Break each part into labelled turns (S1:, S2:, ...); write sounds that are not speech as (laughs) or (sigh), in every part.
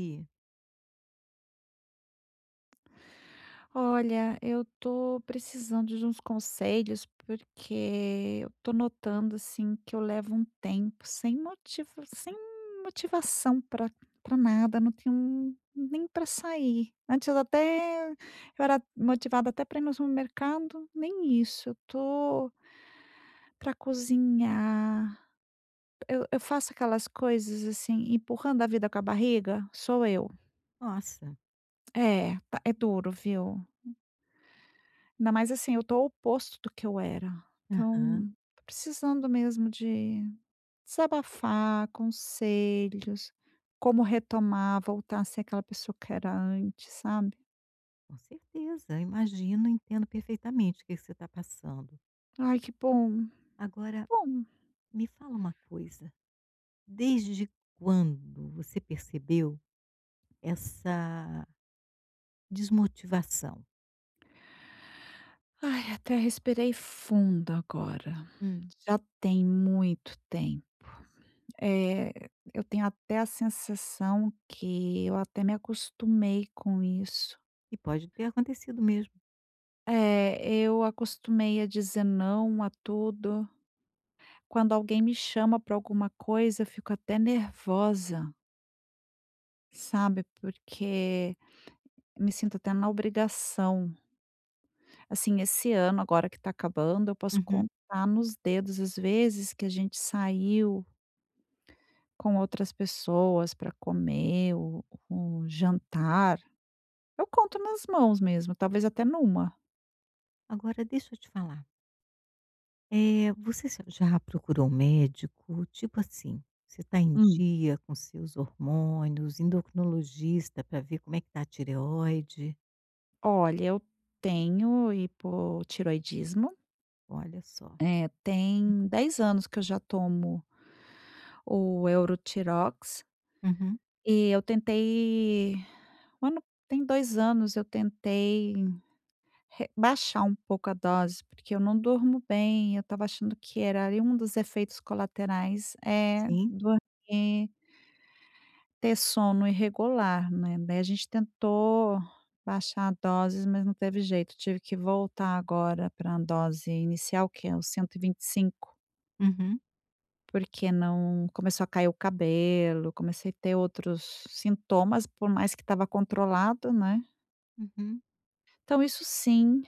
S1: E,
S2: Olha, eu tô precisando de uns conselhos, porque eu tô notando assim que eu levo um tempo sem motivo, sem motivação para nada, não tenho um, nem para sair. Antes eu era motivada até para ir no supermercado, nem isso. Eu tô para cozinhar. Eu faço aquelas coisas assim, empurrando a vida com a barriga, sou eu.
S1: nossa,
S2: É, é duro, viu? Ainda mais assim, eu tô o oposto do que eu era.
S1: aham,
S2: Então, tô precisando mesmo de desabafar, conselhos, como retomar, voltar a ser aquela pessoa que era antes, sabe.
S1: com certeza, imagino, entendo perfeitamente o que que você está passando.
S2: Ai, que bom,
S1: Agora,
S2: bom.
S1: me fala uma coisa, desde quando você percebeu essa desmotivação?
S2: Ai, até respirei fundo agora.
S1: Hum.
S2: Já tem muito tempo. é eu tenho até a sensação que eu até me acostumei com isso.
S1: Que pode ter acontecido mesmo.
S2: É, eu acostumei a dizer não a tudo. Quando alguém me chama para alguma coisa, eu fico até nervosa, sabe, porque me sinto até na obrigação. Assim, esse ano agora que está acabando, eu posso
S1: Uhum.
S2: contar nos dedos as vezes que a gente saiu com outras pessoas para comer ou jantar. Eu conto nas mãos mesmo, talvez até numa.
S1: Agora deixa eu te falar, você já procurou um médico? Tipo assim, você está em
S2: Hum.
S1: dia com seus hormônios, endocrinologista para ver como é que está a tireoide?
S2: Olha, eu tenho hipotireoidismo.
S1: Olha só.
S2: É, tem 10 anos que eu já tomo o Eutirox
S1: Uhum.
S2: e eu tentei o ano tem 2 anos eu tentei re baixar um pouco a dose, porque eu não durmo bem, eu estava achando que era ali um dos efeitos colaterais é
S1: Sim.
S2: dormir ter sono irregular, né, daí a gente tentou baixar a dose, mas não teve jeito, tive que voltar agora para a dose inicial que é o cento e vinte e cinco.
S1: Uhum,
S2: Porque não começou a cair o cabelo, comecei a ter outros sintomas, por mais que estava controlado, né.
S1: uhum.
S2: Então isso sim,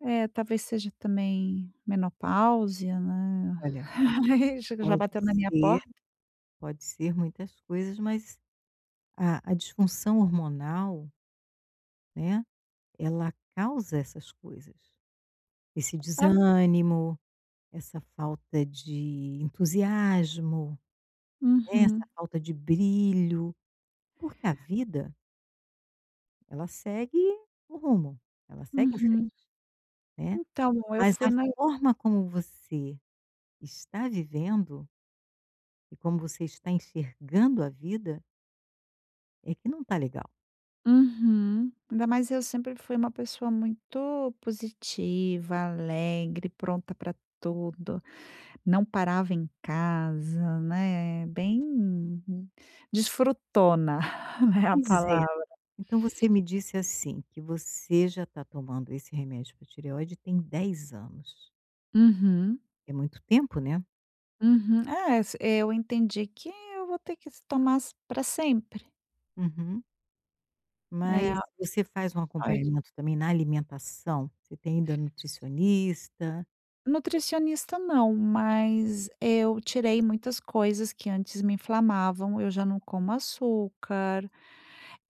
S2: talvez seja também menopausia, né.
S1: Olha,
S2: (laughs) Ai, já já
S1: pode
S2: bateu na minha
S1: ser
S2: porta.
S1: pode ser muitas coisas, mas a disfunção hormonal, né, ela causa essas coisas. Esse
S2: Ah,
S1: desânimo, essa falta de entusiasmo, né,
S2: uhum,
S1: essa falta de brilho, porque a vida, ela segue o rumo, ela segue em frente,
S2: uhum.
S1: né.
S2: Então, eu
S1: Mas a
S2: fui na.
S1: forma como você está vivendo e como você está enxergando a vida é que não está legal.
S2: Uhum. Ainda mais eu sempre fui uma pessoa muito positiva, alegre, pronta para tudo. Não parava em casa, né, bem desfrutona, (laughs) né, a
S1: Pois é.
S2: palavra.
S1: Então você me disse assim, que você já está tomando esse remédio para tireoide tem 10 anos.
S2: Uhum,
S1: É muito tempo, né?
S2: uhum. É, s eu entendi que eu vou ter que s tomar para sempre,
S1: Uhum.
S2: é
S1: Mas
S2: a
S1: você faz um
S2: parte
S1: acompanhamento também na alimentação? Você tem ainda nutricionista?
S2: nutricionista não, mas eu tirei muitas coisas que antes me inflamavam, eu já não como açúcar,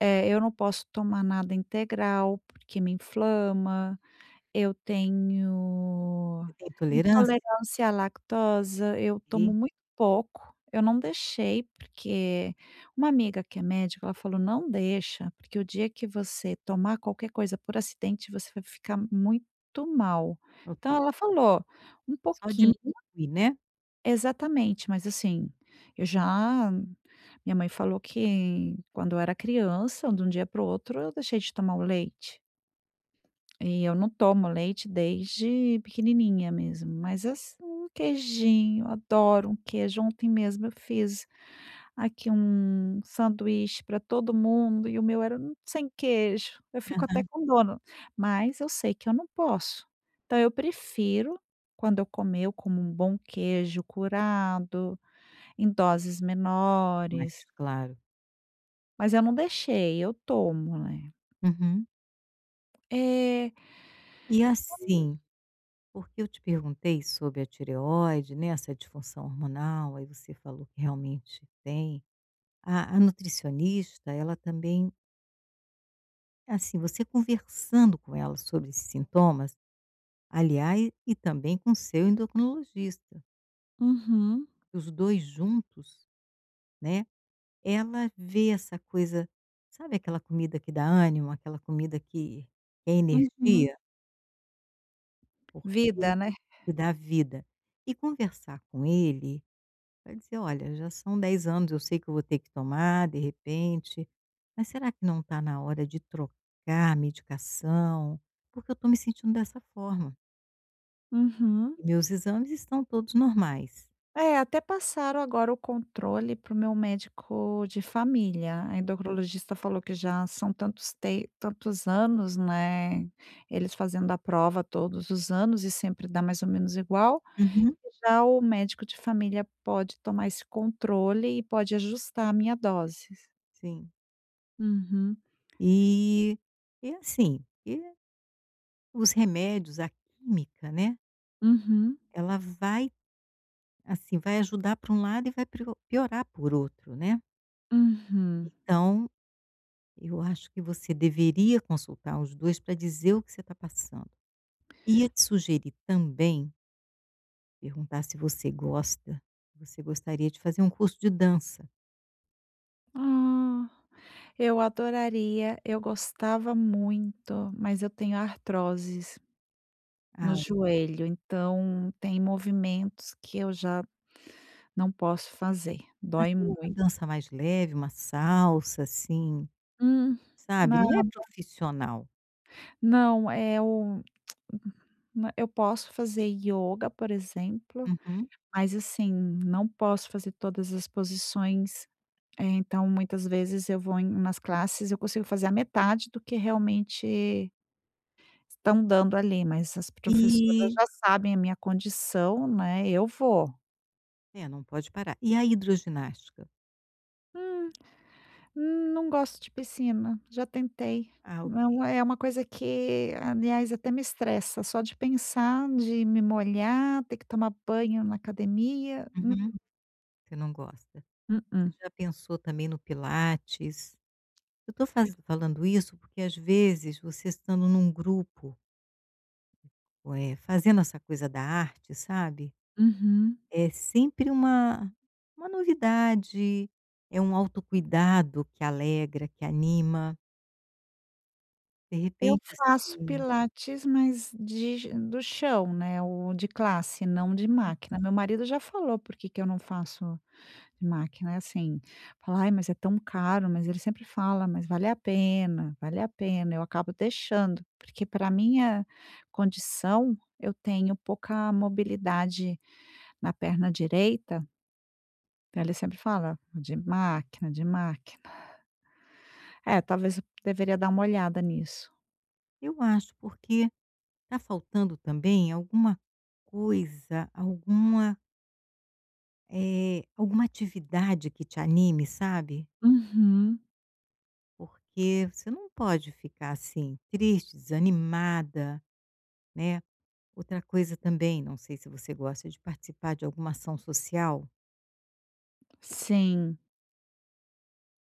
S2: eu não posso tomar nada integral, porque me inflama. Eu tenho
S1: Você tem tolerância?
S2: intolerância à lactosa, eu
S1: Ok,
S2: tomo muito pouco. Eu não deixei, porque uma amiga que é médica, ela falou: "Não deixa, porque o dia que você tomar qualquer coisa por acidente, você vai ficar muito mal". Então
S1: ok.
S2: ela falou: "Um
S1: Só
S2: pouquinho"
S1: diminuir, né?
S2: exatamente, mas assim, eu já minha mãe falou que quando eu era criança, de um dia para o outro, eu deixei de tomar o leite. E eu não tomo leite desde pequenininha mesmo, mas assim, um queijinho, adoro um queijo. Ontem mesmo eu fiz aqui um sanduíche para todo mundo e o meu era sem queijo. Eu fico
S1: Aham,
S2: até com dona, mas eu sei que eu não posso. Então eu prefiro quando eu comer, eu como um bom queijo curado, em doses
S1: mas
S2: menores,
S1: claro.
S2: mas eu não deixei, eu tomo, né.
S1: Uhum.
S2: É,
S1: E assim, porque eu te perguntei sobre a tireoide, né, essa disfunção hormonal, aí você falou que realmente tem. A nutricionista, ela também assim, você conversando com ela sobre esses sintomas, aliás, e também com seu endocrinologista,
S2: uhum,
S1: os 2 juntos, né, ela vê essa coisa, sabe, aquela comida que dá ânimo, aquela comida que é
S2: uhum.
S1: energia, porque
S2: Vida, né.
S1: Que dá vida. E conversar com ele. Vai dizer: "Olha, já são 10 anos, eu sei que eu vou ter que tomar de repente, mas será que não está na hora de trocar a medicação? Porque eu estou me sentindo dessa forma,
S2: Uhum.
S1: e meus exames estão todos normais".
S2: É, até passaram agora o controle para o meu médico de família. A endocrinologista falou que já são tantos anos, né, eles fazendo a prova todos os anos e sempre dá mais ou menos igual,
S1: Uhum.
S2: já o médico de família pode tomar esse controle e pode ajustar a minha dose.
S1: Sim.
S2: Uhum,
S1: E assim, os remédios, a química, né,
S2: uhum,
S1: ela vai, assim, vai ajudar para um lado e vai prio piorar por outro, né.
S2: uhum.
S1: Então, eu acho que você deveria consultar os 2 para dizer o que você está passando. Ia te sugerir também, perguntar se você gosta, se você gostaria de fazer um curso de dança.
S2: Ah, eu adoraria, eu gostava muito, mas eu tenho artrose no
S1: Ah,
S2: joelho, então tem movimentos que eu já não posso fazer,
S1: mas
S2: dói
S1: tem uma
S2: muito.
S1: dança mais leve, uma salsa, assim,
S2: Hum,
S1: sabe,
S2: na
S1: não é profissional.
S2: Não, é o na eu posso fazer ioga, por exemplo,
S1: Uhum.
S2: mas assim, não posso fazer todas as posições, então muitas vezes eu vou em umas classes, eu consigo fazer a metade do que realmente estão dando ali, mas as professoras
S1: E
S2: já sabem a minha condição, né, eu vou.
S1: é, não pode parar. E a hidroginástica?
S2: Hum. Não gosto de piscina, já tentei.
S1: Ah, ok.
S2: Não é uma coisa que, aliás, até me estressa, só de pensar, de me molhar, ter que tomar banho na academia,
S1: Uhum. Você não gosta.
S2: hum,
S1: Você
S2: hum.
S1: já pensou também no pilates? Eu tô falando isso porque, às vezes, você estando num grupo, fazendo essa coisa da arte, sabe?
S2: Uhum.
S1: É sempre uma novidade, é um autocuidado que alegra, que anima. De
S2: Eu
S1: repente,
S2: faço
S1: assim,
S2: pilates, mas de do chão, né, o de classe, não de máquina. Meu marido já falou por que que eu não faço. De máquina é assim, fala: "Ai, mas é tão caro", mas ele sempre fala: "Mas vale a pena", eu acabo deixando, porque para minha condição, eu tenho pouca mobilidade na perna direita, então ele sempre fala: "De máquina, de máquina". É, talvez eu deveria dar uma olhada nisso.
S1: eu acho, porque tá faltando também alguma coisa, alguma, alguma atividade que te anime, sabe.
S2: Uhum,
S1: Porque você não pode ficar assim, triste, desanimada, né. Outra coisa também, não sei se você gosta de participar de alguma ação social.
S2: sim.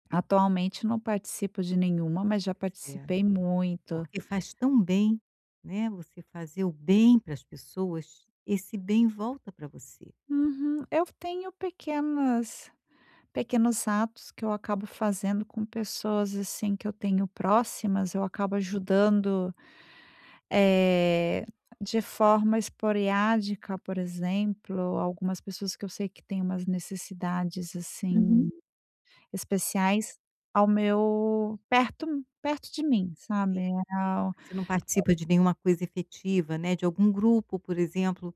S2: Atualmente não participo de nenhuma, mas já
S1: Pois é.
S2: participei muito.
S1: Porque faz tão bem, né, você fazer o bem para as pessoas, esse bem volta para você.
S2: Uhum. eu tenho pequenas Pequenos atos que eu acabo fazendo com pessoas, assim, que eu tenho próximas, eu acabo ajudando, eh, de forma esporádica, por exemplo, algumas pessoas que eu sei que têm umas necessidades,
S1: Uhum.
S2: assim, especiais ao meu perto perto de mim,
S1: Sim,
S2: sabe? Ao-
S1: você não participa de nenhuma coisa efetiva, né, de algum grupo, por exemplo,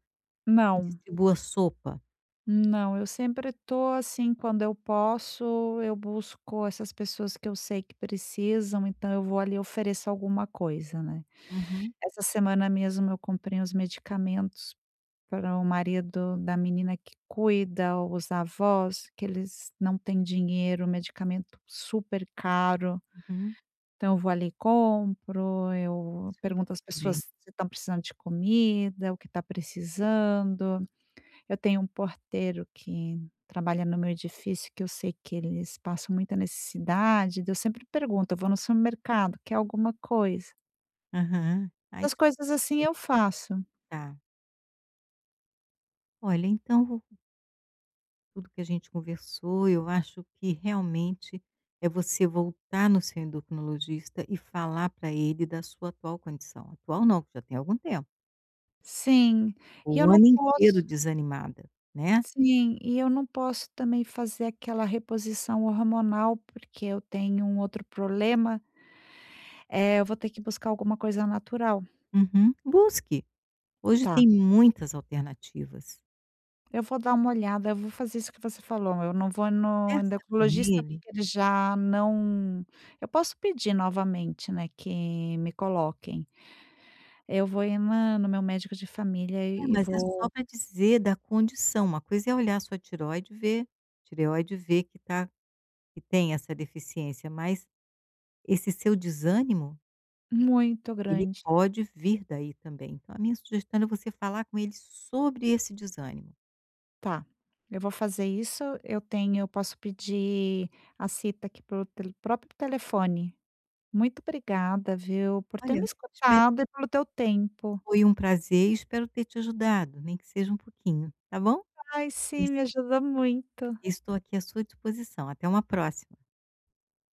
S1: que
S2: Não.
S1: distribua sopa.
S2: Não, eu sempre tô assim, quando eu posso, eu busco essas pessoas que eu sei que precisam, então eu vou ali e ofereço alguma coisa, né.
S1: Uhum,
S2: Essa semana mesmo eu comprei os medicamentos para o marido da menina que cuida, os avós, que eles não têm dinheiro, medicamento super caro,
S1: uhum.
S2: então eu vou ali e compro, eu
S1: Isso é bom
S2: pergunto às
S1: também.
S2: pessoas se estão precisando de comida, o que está precisando. Eu tenho um porteiro que trabalha no meu edifício, que eu sei que eles passam muita necessidade, daí eu sempre pergunto: "Eu vou no supermercado, quer alguma coisa?".
S1: Aham. Ah,
S2: Essas
S1: isso
S2: coisas assim
S1: também,
S2: eu faço.
S1: tá. Olha, então tudo que a gente conversou, eu acho que realmente é você voltar no seu endocrinologista e falar para ele da sua atual condição. Atual não, que já tem algum tempo.
S2: Sim, e eu
S1: O
S2: não
S1: ano inteiro
S2: posso
S1: desanimada, né.
S2: sim, e eu não posso também fazer aquela reposição hormonal, porque eu tenho um outro problema, eu vou ter que buscar alguma coisa natural.
S1: Uhum. Busque, hoje
S2: Tá.
S1: tem muitas alternativas.
S2: Eu vou dar uma olhada, eu vou fazer isso que você falou, eu não vou no
S1: Conversa com
S2: endocrinologista,
S1: ele.
S2: porque ele já não eu posso pedir novamente, né, que me coloquem. Eu vou ir na no meu médico de família
S1: É,
S2: e
S1: mas é só
S2: vou
S1: para dizer da condição, uma coisa é olhar sua tireoide e ver que tá que tem essa deficiência, mas esse seu desânimo,
S2: muito
S1: ele
S2: grande.
S1: pode vir daí também. Então a minha sugestão é você falar com ele sobre esse desânimo.
S2: Tá, eu vou fazer isso, eu posso pedir a cita aqui pelo tele próprio telefone. Muito obrigada, viu, por ter
S1: "Olha,
S2: me
S1: espero que
S2: escutado e pelo teu tempo.
S1: foi um prazer e espero ter te ajudado, nem que seja um pouquinho, tá bom?"
S2: Ai
S1: E
S2: sim, me ajuda muito.
S1: estou aqui à sua disposição. Até uma próxima.